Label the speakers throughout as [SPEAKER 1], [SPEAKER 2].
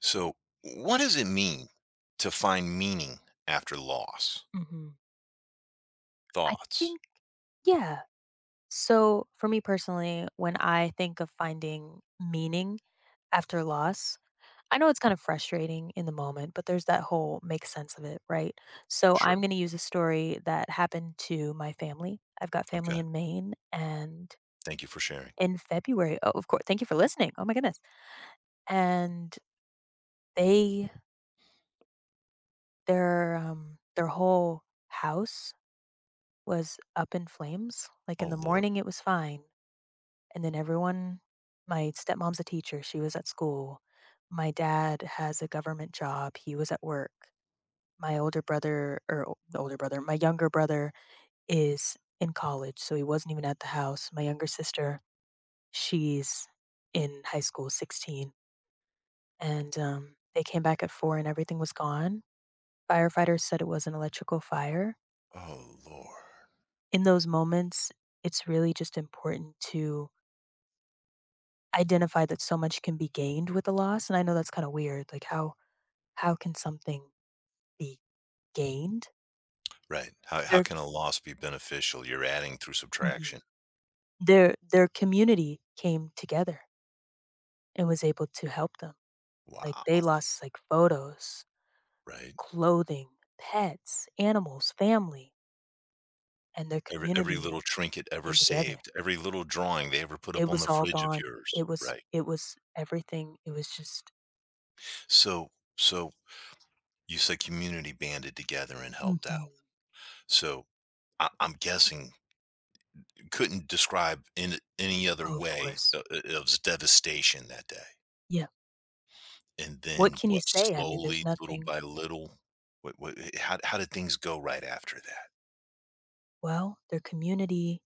[SPEAKER 1] So, what does it mean to find meaning after loss?
[SPEAKER 2] Mhm. I
[SPEAKER 1] Thoughts?
[SPEAKER 2] think yeah. So, for me personally, when I think of finding meaning after loss, I know it's kind of frustrating in the moment, but there's that whole make sense of it, right? So,
[SPEAKER 1] Sure.
[SPEAKER 2] I'm going to use a story that happened to my family. I've got family
[SPEAKER 1] Okay.
[SPEAKER 2] in Maine and
[SPEAKER 1] Thank you for sharing.
[SPEAKER 2] in February, oh, of course, thank you for listening. Oh my goodness. And they their whole house was up in flames. Like
[SPEAKER 1] Oh,
[SPEAKER 2] in the
[SPEAKER 1] Lord.
[SPEAKER 2] morning it was fine. And then everyone my stepmom's a teacher, she was at school. My dad has a government job, he was at work. My older brother the older brother, my younger brother is in college, so he wasn't even at the house. My younger sister, she's in high school, 16. And they came back at 4 and everything was gone. Firefighters said it was an electrical fire.
[SPEAKER 1] Oh, Lord.
[SPEAKER 2] In those moments, it's really just important to identify that so much can be gained with the loss. And I know that's kind of weird. Like, how can something be gained?
[SPEAKER 1] Right. How
[SPEAKER 2] Their
[SPEAKER 1] can a loss be beneficial? You're adding through
[SPEAKER 2] mhm,
[SPEAKER 1] subtraction.
[SPEAKER 2] their their community came together and was able to help them. Like, they
[SPEAKER 1] Wow.
[SPEAKER 2] lost, like, photos,
[SPEAKER 1] Right.
[SPEAKER 2] clothing, pets, animals, family, and their
[SPEAKER 1] Every
[SPEAKER 2] community
[SPEAKER 1] little trinket ever
[SPEAKER 2] came together.
[SPEAKER 1] saved, every little drawing they ever put
[SPEAKER 2] It
[SPEAKER 1] up on
[SPEAKER 2] was
[SPEAKER 1] the
[SPEAKER 2] all
[SPEAKER 1] fridge of
[SPEAKER 2] gone.
[SPEAKER 1] yours. Right.
[SPEAKER 2] It was everything. It was just
[SPEAKER 1] So, so you said community banded together and helped out.
[SPEAKER 2] mhm.
[SPEAKER 1] So I'm guessing couldn't describe in any other
[SPEAKER 2] Oh, of
[SPEAKER 1] way,
[SPEAKER 2] course.
[SPEAKER 1] it was devastation that day.
[SPEAKER 2] Yeah.
[SPEAKER 1] And
[SPEAKER 2] What
[SPEAKER 1] then
[SPEAKER 2] can you
[SPEAKER 1] what,
[SPEAKER 2] say? I mean, there's
[SPEAKER 1] slowly, little
[SPEAKER 2] nothing.
[SPEAKER 1] by little, how did things go right after that,
[SPEAKER 2] Well, their community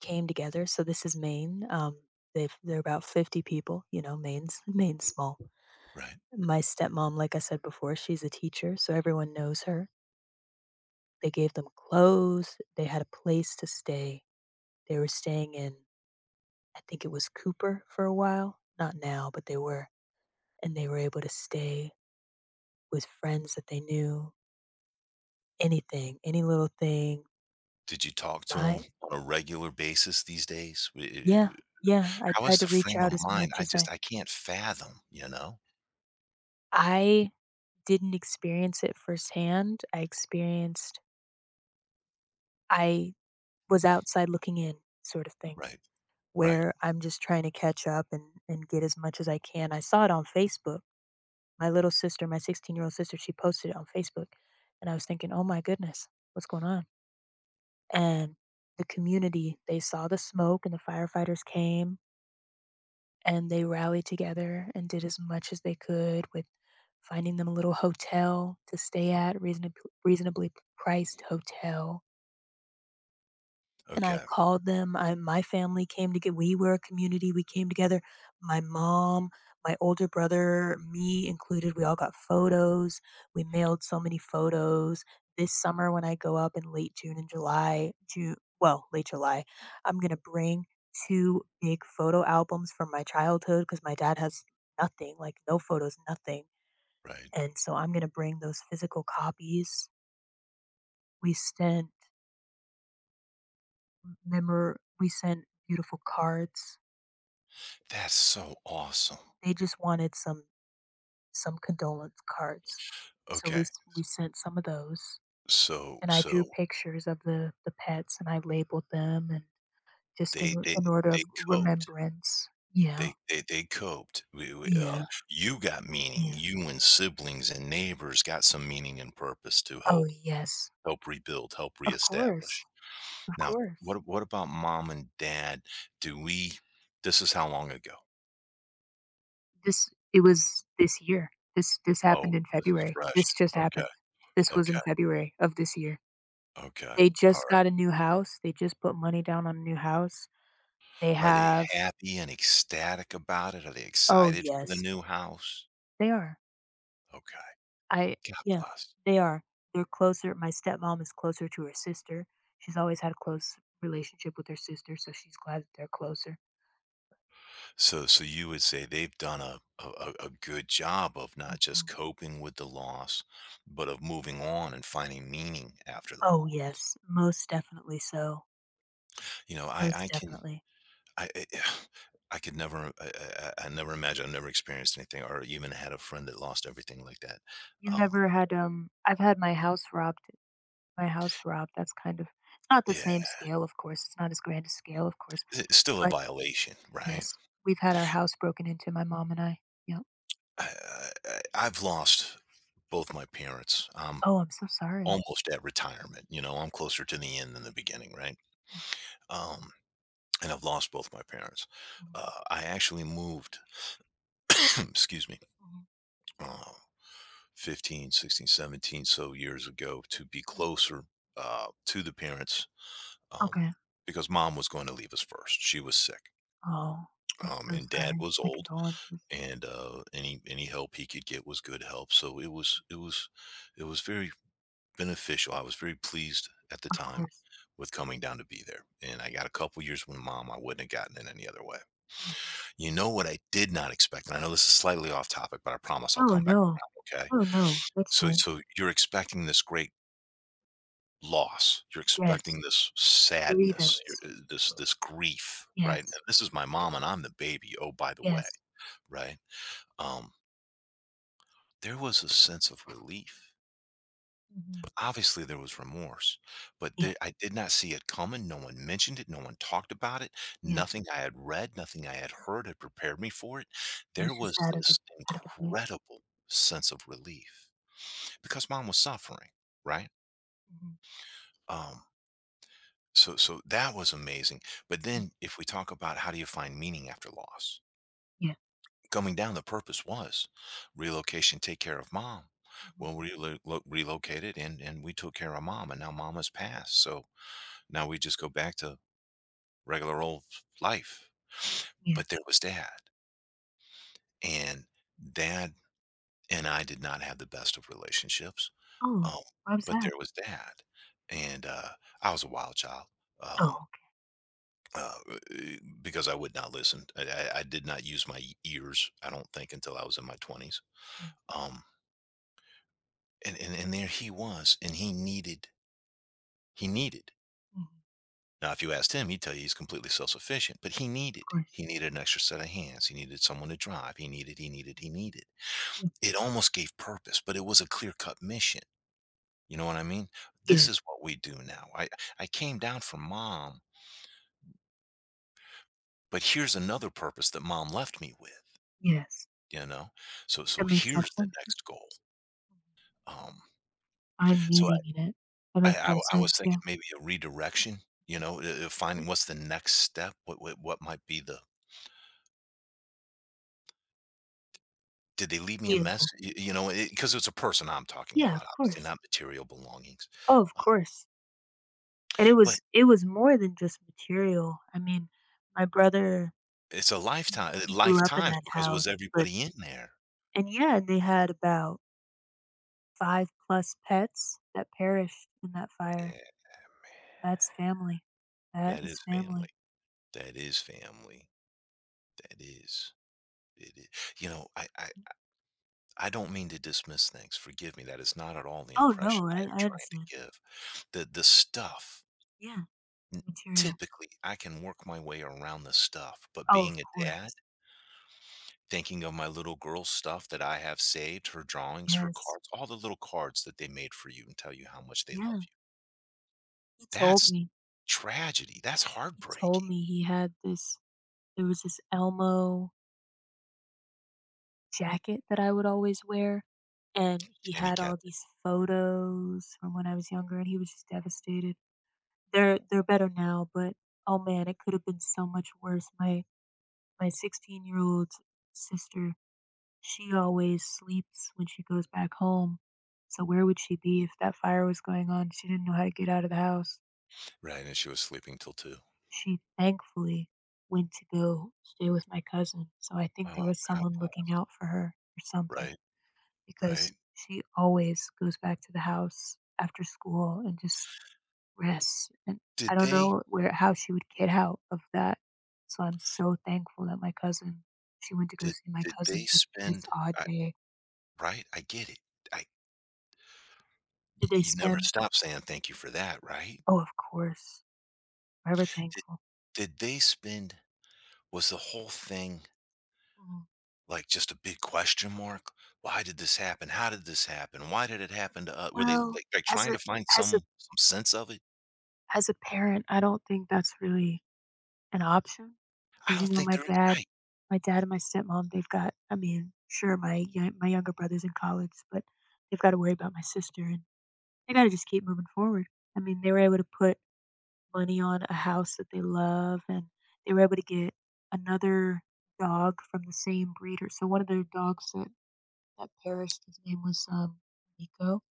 [SPEAKER 2] came together. So this is Maine. They're about 50 people. You know, Maine's small.
[SPEAKER 1] right?
[SPEAKER 2] My stepmom, like I said before, she's a teacher, so everyone knows her. They gave them clothes. They had a place to stay. They were staying in, I think it was Cooper for a while. Not now, but they were, and they were able to stay with friends that they knew. Anything, any little thing.
[SPEAKER 1] Did you talk to him
[SPEAKER 2] My
[SPEAKER 1] on a regular basis these days? W eh
[SPEAKER 2] yeah,
[SPEAKER 1] eh
[SPEAKER 2] yeah. I
[SPEAKER 1] How is
[SPEAKER 2] tried to
[SPEAKER 1] the
[SPEAKER 2] reach
[SPEAKER 1] frame
[SPEAKER 2] out
[SPEAKER 1] of
[SPEAKER 2] as
[SPEAKER 1] mind?
[SPEAKER 2] much
[SPEAKER 1] I
[SPEAKER 2] as
[SPEAKER 1] just
[SPEAKER 2] I
[SPEAKER 1] I can't fathom, you know?
[SPEAKER 2] I didn't experience it firsthand. I was outside looking in sort of thing,
[SPEAKER 1] Right, right,
[SPEAKER 2] where I'm just trying to catch up and get as much as I can. I saw it on Facebook. My little sister, my 16-year-old sister, she posted it on Facebook, and I was thinking, "Oh my goodness, what's going on?" And the community, they saw the smoke and the firefighters came and they rallied together and did as much as they could with finding them a little hotel to stay at, reasonably priced hotel, and I
[SPEAKER 1] okay,
[SPEAKER 2] called them. I my family came to get we were a community, we came together. My mom, my older brother, me included, we all got photos. We mailed so many photos. This summer when I go up in late June and July, late July, I'm going to bring 2 big photo albums from my childhood because my dad has nothing, like no photos, nothing.
[SPEAKER 1] right.
[SPEAKER 2] And so I'm going to bring those physical copies. We sent memor we sent beautiful cards.
[SPEAKER 1] That's so awesome.
[SPEAKER 2] They just wanted some condolence cards. So
[SPEAKER 1] Okay,
[SPEAKER 2] we sent some of those,
[SPEAKER 1] so
[SPEAKER 2] and I drew
[SPEAKER 1] so
[SPEAKER 2] pictures of the pets, and I labeled them and
[SPEAKER 1] they they
[SPEAKER 2] in order
[SPEAKER 1] they
[SPEAKER 2] of
[SPEAKER 1] coped.
[SPEAKER 2] remembrance. Yeah,
[SPEAKER 1] They coped.
[SPEAKER 2] yeah,
[SPEAKER 1] You got meaning.
[SPEAKER 2] yeah.
[SPEAKER 1] You and siblings and neighbors got some meaning and purpose to
[SPEAKER 2] Oh,
[SPEAKER 1] help
[SPEAKER 2] yes.
[SPEAKER 1] help rebuild, help
[SPEAKER 2] Of course,
[SPEAKER 1] reestablish.
[SPEAKER 2] of
[SPEAKER 1] Now,
[SPEAKER 2] course.
[SPEAKER 1] what about mom and dad? Do we This is how long ago?
[SPEAKER 2] This it was this year. This
[SPEAKER 1] Oh,
[SPEAKER 2] happened in
[SPEAKER 1] this is
[SPEAKER 2] February.
[SPEAKER 1] fresh.
[SPEAKER 2] This just
[SPEAKER 1] Okay.
[SPEAKER 2] happened. This was
[SPEAKER 1] Okay.
[SPEAKER 2] in February of this year.
[SPEAKER 1] Okay.
[SPEAKER 2] They
[SPEAKER 1] All
[SPEAKER 2] just
[SPEAKER 1] right.
[SPEAKER 2] got a new house. They just put money down on a new house. They
[SPEAKER 1] Are they
[SPEAKER 2] have.
[SPEAKER 1] happy and ecstatic about it? Are they
[SPEAKER 2] Oh,
[SPEAKER 1] excited for the
[SPEAKER 2] yes.
[SPEAKER 1] new house?
[SPEAKER 2] They are.
[SPEAKER 1] Okay.
[SPEAKER 2] I
[SPEAKER 1] God
[SPEAKER 2] Yeah,
[SPEAKER 1] bless.
[SPEAKER 2] they are. They're closer my stepmom is closer to her sister. She's always had a close relationship with her sister, so she's glad that they're closer.
[SPEAKER 1] So you would say they've done a good job of not just
[SPEAKER 2] Mhm.
[SPEAKER 1] coping with the loss, but of moving on and finding meaning after the
[SPEAKER 2] Oh,
[SPEAKER 1] loss.
[SPEAKER 2] yes, most definitely so,
[SPEAKER 1] You know, I
[SPEAKER 2] most
[SPEAKER 1] I can
[SPEAKER 2] definitely.
[SPEAKER 1] I I, I could never I, I never imagine. I've never experienced anything or even had a friend that lost everything like that.
[SPEAKER 2] You
[SPEAKER 1] Um,
[SPEAKER 2] never had, I've had my house robbed, that's kind of
[SPEAKER 1] yeah,
[SPEAKER 2] it's not as grand a scale, of course,
[SPEAKER 1] it's still a
[SPEAKER 2] but
[SPEAKER 1] violation, right?
[SPEAKER 2] yes, we've had our house broken into, my mom and I. Yep.
[SPEAKER 1] I, I I- I've lost both my parents. I'm
[SPEAKER 2] Oh, I'm so sorry.
[SPEAKER 1] almost at retirement. You know, I'm closer to the end than the beginning, right?
[SPEAKER 2] Mhm,
[SPEAKER 1] Um, and I've lost both my parents.
[SPEAKER 2] mhm,
[SPEAKER 1] I actually moved, excuse me, uh, 15, 16, 17 so years ago to be
[SPEAKER 2] mhm, mhm.
[SPEAKER 1] closer to the parents um,
[SPEAKER 2] Okay.
[SPEAKER 1] because mom was going to leave us first. She was sick.
[SPEAKER 2] Oh, I'm so
[SPEAKER 1] And dad
[SPEAKER 2] sorry.
[SPEAKER 1] was
[SPEAKER 2] My
[SPEAKER 1] old
[SPEAKER 2] condolences.
[SPEAKER 1] and any help he could get was good help, so it was very beneficial. I was very pleased at the
[SPEAKER 2] Of
[SPEAKER 1] time
[SPEAKER 2] course.
[SPEAKER 1] with coming down to be there, and I got a couple years with mom I wouldn't have gotten in any other way.
[SPEAKER 2] Mhm.
[SPEAKER 1] You know what I did not expect, and I know this is slightly off topic, but I promise I'll
[SPEAKER 2] No,
[SPEAKER 1] come back
[SPEAKER 2] no.
[SPEAKER 1] around, okay?
[SPEAKER 2] No, no. That's
[SPEAKER 1] So
[SPEAKER 2] fine.
[SPEAKER 1] so you're expecting this great loss. You're
[SPEAKER 2] Yes.
[SPEAKER 1] expecting this sadness,
[SPEAKER 2] Grievance.
[SPEAKER 1] this grief, right? And
[SPEAKER 2] Yes.
[SPEAKER 1] this is my mom and I'm the baby, oh, by the way,
[SPEAKER 2] Yes.
[SPEAKER 1] right? Um, there was a sense of relief.
[SPEAKER 2] Mhm.
[SPEAKER 1] Obviously, there was remorse, but
[SPEAKER 2] Yeah.
[SPEAKER 1] there I did not see it coming, no one mentioned it, no one talked about it,
[SPEAKER 2] Yes.
[SPEAKER 1] nothing I had read, nothing I had heard had prepared me for it.
[SPEAKER 2] It
[SPEAKER 1] There
[SPEAKER 2] was just
[SPEAKER 1] was this
[SPEAKER 2] out of the blue.
[SPEAKER 1] incredible sense of relief because mom was suffering, right?
[SPEAKER 2] Mhm.
[SPEAKER 1] Um, so that was amazing, but
[SPEAKER 2] Mm.
[SPEAKER 1] then if we talk about how do you find meaning after loss?
[SPEAKER 2] Yeah.
[SPEAKER 1] Coming down, the purpose was relocation, take care of mom.
[SPEAKER 2] Mhm.
[SPEAKER 1] Well, we relocated and we took care of mom, and now mom has passed. So now we just go back to regular old life.
[SPEAKER 2] Yeah.
[SPEAKER 1] But there was dad, and dad and I did not have the best of relationships,
[SPEAKER 2] Oh,
[SPEAKER 1] um,
[SPEAKER 2] why was
[SPEAKER 1] but
[SPEAKER 2] that?
[SPEAKER 1] there was dad, and I was a wild child, um,
[SPEAKER 2] Oh, okay.
[SPEAKER 1] uh, because I would not listen. I did not use my ears, I don't think, until I was in my 20s.
[SPEAKER 2] Mm.
[SPEAKER 1] um, and there he was, and he needed
[SPEAKER 2] Mhm.
[SPEAKER 1] now, if you asked him, he'd tell you he's completely self-sufficient, but he
[SPEAKER 2] Of
[SPEAKER 1] needed
[SPEAKER 2] course.
[SPEAKER 1] he needed an extra set of hands. He needed someone to drive. He needed, he needed, he needed.
[SPEAKER 2] Mm.
[SPEAKER 1] It almost gave purpose, but it was a clear-cut mission. You know what I mean? This
[SPEAKER 2] Yes.
[SPEAKER 1] is what we do now. I came down from mom, but here's another purpose that mom left me with.
[SPEAKER 2] Yes.
[SPEAKER 1] You know, so
[SPEAKER 2] That makes a lot
[SPEAKER 1] here's
[SPEAKER 2] of
[SPEAKER 1] the
[SPEAKER 2] sense. Yeah.
[SPEAKER 1] next goal.
[SPEAKER 2] Mhm.
[SPEAKER 1] Um,
[SPEAKER 2] Find
[SPEAKER 1] so I
[SPEAKER 2] meaning in it. That
[SPEAKER 1] I,
[SPEAKER 2] makes a
[SPEAKER 1] I
[SPEAKER 2] lot of
[SPEAKER 1] I was
[SPEAKER 2] sense.
[SPEAKER 1] thinking
[SPEAKER 2] Yeah.
[SPEAKER 1] maybe a redirection. You know,
[SPEAKER 2] Yeah.
[SPEAKER 1] finding what's the next step. What might be the— Did they leave me a
[SPEAKER 2] Yeah.
[SPEAKER 1] mess,
[SPEAKER 2] Cool.
[SPEAKER 1] y you know, because it's a person I'm talking
[SPEAKER 2] Yeah,
[SPEAKER 1] about,
[SPEAKER 2] of
[SPEAKER 1] obviously,
[SPEAKER 2] course.
[SPEAKER 1] not material belongings,
[SPEAKER 2] Oh, of
[SPEAKER 1] uh,
[SPEAKER 2] course. And it
[SPEAKER 1] but
[SPEAKER 2] was more than just material. I mean, my brother,
[SPEAKER 1] it's a
[SPEAKER 2] he
[SPEAKER 1] lifetime,
[SPEAKER 2] he grew up in
[SPEAKER 1] lifetimes,
[SPEAKER 2] that
[SPEAKER 1] because it was
[SPEAKER 2] house, but
[SPEAKER 1] everybody in there.
[SPEAKER 2] and yeah, they had about 5 plus pets that perished in that
[SPEAKER 1] Yeah,
[SPEAKER 2] fire.
[SPEAKER 1] man.
[SPEAKER 2] That's family. That
[SPEAKER 1] That
[SPEAKER 2] is
[SPEAKER 1] is family.
[SPEAKER 2] family.
[SPEAKER 1] That is family. That is. It is. You know, I don't mean to dismiss things, forgive me, that is not at all the
[SPEAKER 2] Oh,
[SPEAKER 1] impression
[SPEAKER 2] no,
[SPEAKER 1] I am
[SPEAKER 2] I
[SPEAKER 1] trying
[SPEAKER 2] understand.
[SPEAKER 1] to give. The stuff
[SPEAKER 2] Yeah, material.
[SPEAKER 1] typically, I can work my way around the stuff, but
[SPEAKER 2] Oh, of
[SPEAKER 1] being a dad,
[SPEAKER 2] course.
[SPEAKER 1] thinking of my little girl's stuff that I have saved, her drawings, her
[SPEAKER 2] Yes.
[SPEAKER 1] cards, all the little cards that they made for you and tell you how much they love
[SPEAKER 2] Yeah,
[SPEAKER 1] you.
[SPEAKER 2] he told
[SPEAKER 1] That's
[SPEAKER 2] me.
[SPEAKER 1] tragedy. That's
[SPEAKER 2] He told
[SPEAKER 1] heartbreaking.
[SPEAKER 2] me he had this there was this Elmo jacket that I would always wear, and he
[SPEAKER 1] And he
[SPEAKER 2] had all
[SPEAKER 1] kept it,
[SPEAKER 2] these photos from when I was younger, and he was just devastated. They're better now, but oh man, it could have been so much worse. My 16-year-old sister, she always sleeps when she goes back home. So where would she be if that fire was going on? She didn't know how to get out of the house.
[SPEAKER 1] right, and she was sleeping till 2.
[SPEAKER 2] She thankfully went to go stay with my cousin. So I think there
[SPEAKER 1] Oh,
[SPEAKER 2] was
[SPEAKER 1] god
[SPEAKER 2] someone
[SPEAKER 1] bl
[SPEAKER 2] looking out for her or something,
[SPEAKER 1] right, right.
[SPEAKER 2] because she always goes back to the house after school and just rests, and
[SPEAKER 1] Did
[SPEAKER 2] I don't
[SPEAKER 1] they
[SPEAKER 2] know where how she would get out of that. So I'm so thankful that my cousin she went to go
[SPEAKER 1] did
[SPEAKER 2] see my
[SPEAKER 1] did they
[SPEAKER 2] cousin this this
[SPEAKER 1] spend
[SPEAKER 2] odd
[SPEAKER 1] I
[SPEAKER 2] day.
[SPEAKER 1] Right, I get it. I y
[SPEAKER 2] Did they
[SPEAKER 1] You never
[SPEAKER 2] spend?
[SPEAKER 1] stop saying thank you for that, right?
[SPEAKER 2] Oh, of course. Forever
[SPEAKER 1] Did
[SPEAKER 2] thankful.
[SPEAKER 1] did they spend Was the whole thing,
[SPEAKER 2] Mhm.
[SPEAKER 1] like, just a big question mark? "Why did this happen? How did this happen? Why did it happen to us?" Were they,
[SPEAKER 2] Well,
[SPEAKER 1] like,
[SPEAKER 2] as
[SPEAKER 1] trying
[SPEAKER 2] a
[SPEAKER 1] to find
[SPEAKER 2] as a
[SPEAKER 1] some sense of it?
[SPEAKER 2] as a parent, I don't think that's really an option,
[SPEAKER 1] I
[SPEAKER 2] because
[SPEAKER 1] don't
[SPEAKER 2] you know,
[SPEAKER 1] think they're right.
[SPEAKER 2] my dad and my stepmom, they've got I mean, sure, my younger brother's in college, but they've gotta worry about my sister, and they gotta just keep moving forward. I mean, they were able to put money on a house that they love, and they were able to get another dog from the same breeder. So one of their dogs that perished, his name was, Nico.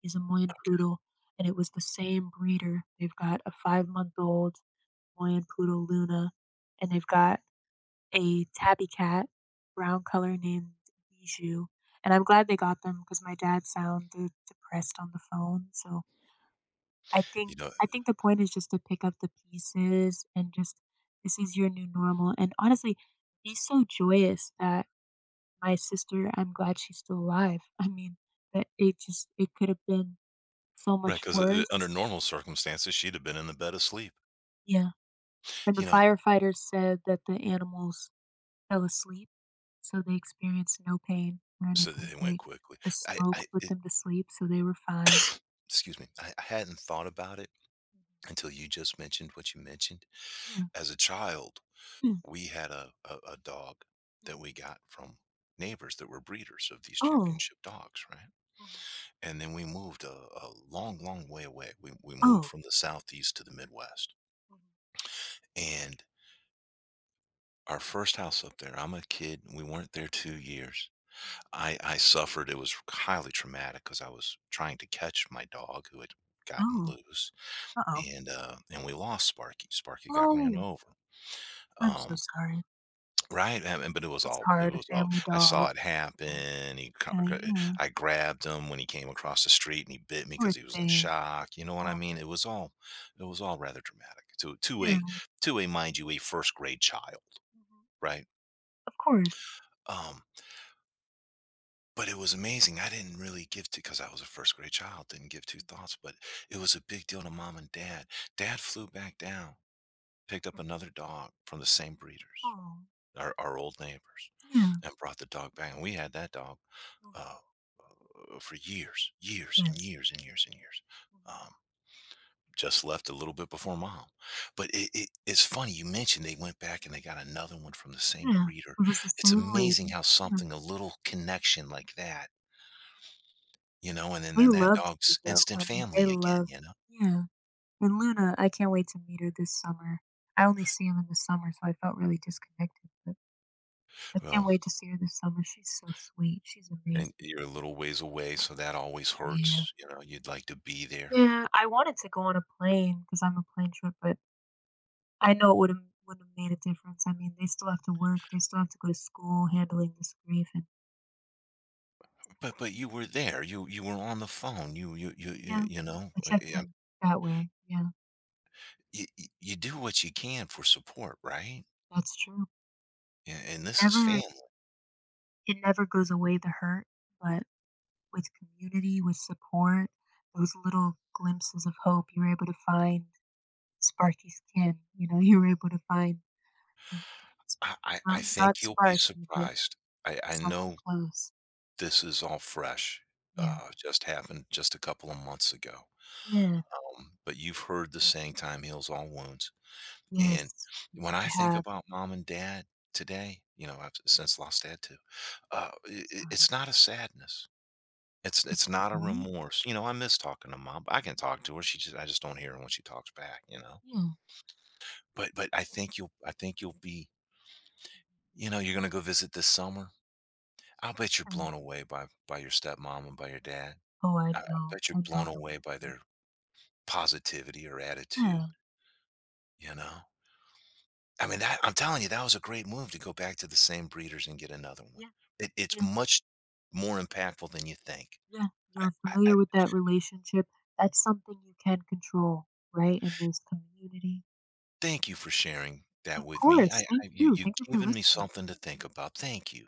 [SPEAKER 2] He's a Moyen Poodle, and it was the same breeder. They've got a five-month-old Moyen Poodle, Luna, and they've got a tabby cat, brown color named Bijou, and I'm glad they got them because my dad sounded depressed on the phone, so I
[SPEAKER 1] You
[SPEAKER 2] think
[SPEAKER 1] know,
[SPEAKER 2] I think the point is just to pick up the pieces and just this is your new normal, and honestly, be so joyous that my sister I'm glad she's still alive. I mean, that it could have been so
[SPEAKER 1] right?
[SPEAKER 2] much
[SPEAKER 1] Because under
[SPEAKER 2] worse.
[SPEAKER 1] normal circumstances, she'd have been in the bed asleep,
[SPEAKER 2] Yeah, and the
[SPEAKER 1] you know?
[SPEAKER 2] firefighters said that the animals fell asleep. So they experienced no pain or
[SPEAKER 1] So they
[SPEAKER 2] anything.
[SPEAKER 1] went quickly.
[SPEAKER 2] The smoke
[SPEAKER 1] I
[SPEAKER 2] put
[SPEAKER 1] it
[SPEAKER 2] them to sleep, so they were fine.
[SPEAKER 1] Excuse me. I hadn't thought about it
[SPEAKER 2] Mhm.
[SPEAKER 1] until you just mentioned what you mentioned.
[SPEAKER 2] Yeah.
[SPEAKER 1] As a child,
[SPEAKER 2] Hmm.
[SPEAKER 1] we had a dog that we got from neighbors that were breeders of these
[SPEAKER 2] Oh.
[SPEAKER 1] championship dogs, right? And then we moved a long, long way away. We
[SPEAKER 2] Oh.
[SPEAKER 1] moved
[SPEAKER 2] Mhm. Oh.
[SPEAKER 1] from the Southeast to the Midwest.
[SPEAKER 2] Mhm.
[SPEAKER 1] And our first house up there, I'm a kid. We weren't there 2 years.
[SPEAKER 2] Mhm.
[SPEAKER 1] I suffered. It was highly traumatic because I was trying to catch my dog who had gotten
[SPEAKER 2] No.
[SPEAKER 1] loose.
[SPEAKER 2] Uh-oh.
[SPEAKER 1] And we lost Sparky. Sparky got ran
[SPEAKER 2] No.
[SPEAKER 1] over.
[SPEAKER 2] I'm so
[SPEAKER 1] Um.
[SPEAKER 2] sorry.
[SPEAKER 1] Right, and but it was
[SPEAKER 2] It's
[SPEAKER 1] all it
[SPEAKER 2] hard, a
[SPEAKER 1] was all
[SPEAKER 2] family
[SPEAKER 1] I saw
[SPEAKER 2] dog.
[SPEAKER 1] it
[SPEAKER 2] Oh,
[SPEAKER 1] happen, he co
[SPEAKER 2] yeah,
[SPEAKER 1] co
[SPEAKER 2] yeah.
[SPEAKER 1] I grabbed him when he came across the street, and he bit me because
[SPEAKER 2] Poor
[SPEAKER 1] he was in
[SPEAKER 2] thing.
[SPEAKER 1] shock, you know what I
[SPEAKER 2] Oh,
[SPEAKER 1] mean? It was all rather dramatic to to
[SPEAKER 2] yeah.
[SPEAKER 1] a
[SPEAKER 2] Mhm.
[SPEAKER 1] to a, mind you, a first-grade child,
[SPEAKER 2] Mhm.
[SPEAKER 1] right?
[SPEAKER 2] Of course.
[SPEAKER 1] Um, but it was amazing, I didn't really give to because I was a first-grade child, didn't give two thoughts, but it was a big deal to mom and dad. Dad flew back down, picked up another dog from the same breeders,
[SPEAKER 2] Oh,
[SPEAKER 1] our old neighbors,
[SPEAKER 2] yeah.
[SPEAKER 1] and brought the dog back, and we had that dog,
[SPEAKER 2] Mhm.
[SPEAKER 1] uh for years, years and
[SPEAKER 2] Yes.
[SPEAKER 1] years and years and years.
[SPEAKER 2] Mhm.
[SPEAKER 1] Um, just left a little bit before mom, but it's funny you mentioned they went back and they got another one from the same
[SPEAKER 2] Yeah.
[SPEAKER 1] breeder.
[SPEAKER 2] It was the
[SPEAKER 1] It's
[SPEAKER 2] same
[SPEAKER 1] amazing
[SPEAKER 2] lady.
[SPEAKER 1] how
[SPEAKER 2] Yeah.
[SPEAKER 1] something a little connection like that, you know, and then,
[SPEAKER 2] They
[SPEAKER 1] then that
[SPEAKER 2] loved
[SPEAKER 1] dog's
[SPEAKER 2] Nico.
[SPEAKER 1] instant
[SPEAKER 2] I mean, they
[SPEAKER 1] family again,
[SPEAKER 2] loved.
[SPEAKER 1] you know.
[SPEAKER 2] Yeah. And Luna, I can't wait to meet her this summer. I only see him in the summer, so I felt really disconnected, but I can't
[SPEAKER 1] Well,
[SPEAKER 2] wait to see her this summer. She's so sweet. She's
[SPEAKER 1] and
[SPEAKER 2] amazing.
[SPEAKER 1] you're a little ways away, so that always
[SPEAKER 2] Yeah.
[SPEAKER 1] hurts. You know, you'd like to be there,
[SPEAKER 2] Yeah, I wanted to go on a plane because I'm a plane trip, but I know it wouldn't have made a difference. I mean, they still have to work, they still have to go to school, handling this grief, and
[SPEAKER 1] but you were there. You were on the phone.
[SPEAKER 2] yeah, I checked
[SPEAKER 1] Yeah,
[SPEAKER 2] in that way. Yeah,
[SPEAKER 1] you do what you can for support, right?
[SPEAKER 2] that's true.
[SPEAKER 1] Yeah, and this is
[SPEAKER 2] Never,
[SPEAKER 1] family.
[SPEAKER 2] it never goes away the hurt, but with community, with support, those little glimpses of hope, you were able to find sparky skin. You know, you were able to find mm, s-
[SPEAKER 1] I
[SPEAKER 2] not, not
[SPEAKER 1] think you'll be
[SPEAKER 2] sparky, but
[SPEAKER 1] surprised. I
[SPEAKER 2] someone
[SPEAKER 1] know
[SPEAKER 2] close.
[SPEAKER 1] this is all fresh,
[SPEAKER 2] Yeah.
[SPEAKER 1] just happened just a couple of months ago,
[SPEAKER 2] Yeah.
[SPEAKER 1] but you've heard the saying, "Time heals all wounds," and
[SPEAKER 2] Yes.
[SPEAKER 1] when I
[SPEAKER 2] You
[SPEAKER 1] think
[SPEAKER 2] have.
[SPEAKER 1] about mom and dad today, you know, I've since lost dad too, I
[SPEAKER 2] Sorry.
[SPEAKER 1] it's not a sadness. It's
[SPEAKER 2] It's
[SPEAKER 1] it's
[SPEAKER 2] a
[SPEAKER 1] not a
[SPEAKER 2] joy.
[SPEAKER 1] remorse. You know, I miss talking to mom. I can talk to her, she just I just don't hear her when she talks back, you know?
[SPEAKER 2] Yeah.
[SPEAKER 1] but I think you'll be,
[SPEAKER 2] Mm-hmm.
[SPEAKER 1] you're gonna go visit this summer? I'll bet you're
[SPEAKER 2] Um,
[SPEAKER 1] blown away by your stepmom and by your dad.
[SPEAKER 2] oh, I
[SPEAKER 1] I
[SPEAKER 2] know.
[SPEAKER 1] bet you're
[SPEAKER 2] I know. I
[SPEAKER 1] blown
[SPEAKER 2] want
[SPEAKER 1] away by
[SPEAKER 2] to be.
[SPEAKER 1] their positivity or attitude,
[SPEAKER 2] Yeah,
[SPEAKER 1] you know? I mean, that I'm telling you, that was a great move to go back to the same breeders and get another one.
[SPEAKER 2] yeah,
[SPEAKER 1] It's
[SPEAKER 2] yeah,
[SPEAKER 1] much more impactful than you think.
[SPEAKER 2] yeah.
[SPEAKER 1] I,
[SPEAKER 2] You're
[SPEAKER 1] I
[SPEAKER 2] familiar with that relationship. That's something you can control, right? And there's community.
[SPEAKER 1] thank you for sharing that
[SPEAKER 2] Of
[SPEAKER 1] with me.
[SPEAKER 2] course. Thank you.
[SPEAKER 1] You've
[SPEAKER 2] Thank you for
[SPEAKER 1] given me
[SPEAKER 2] listening.
[SPEAKER 1] something to think about. Thank you.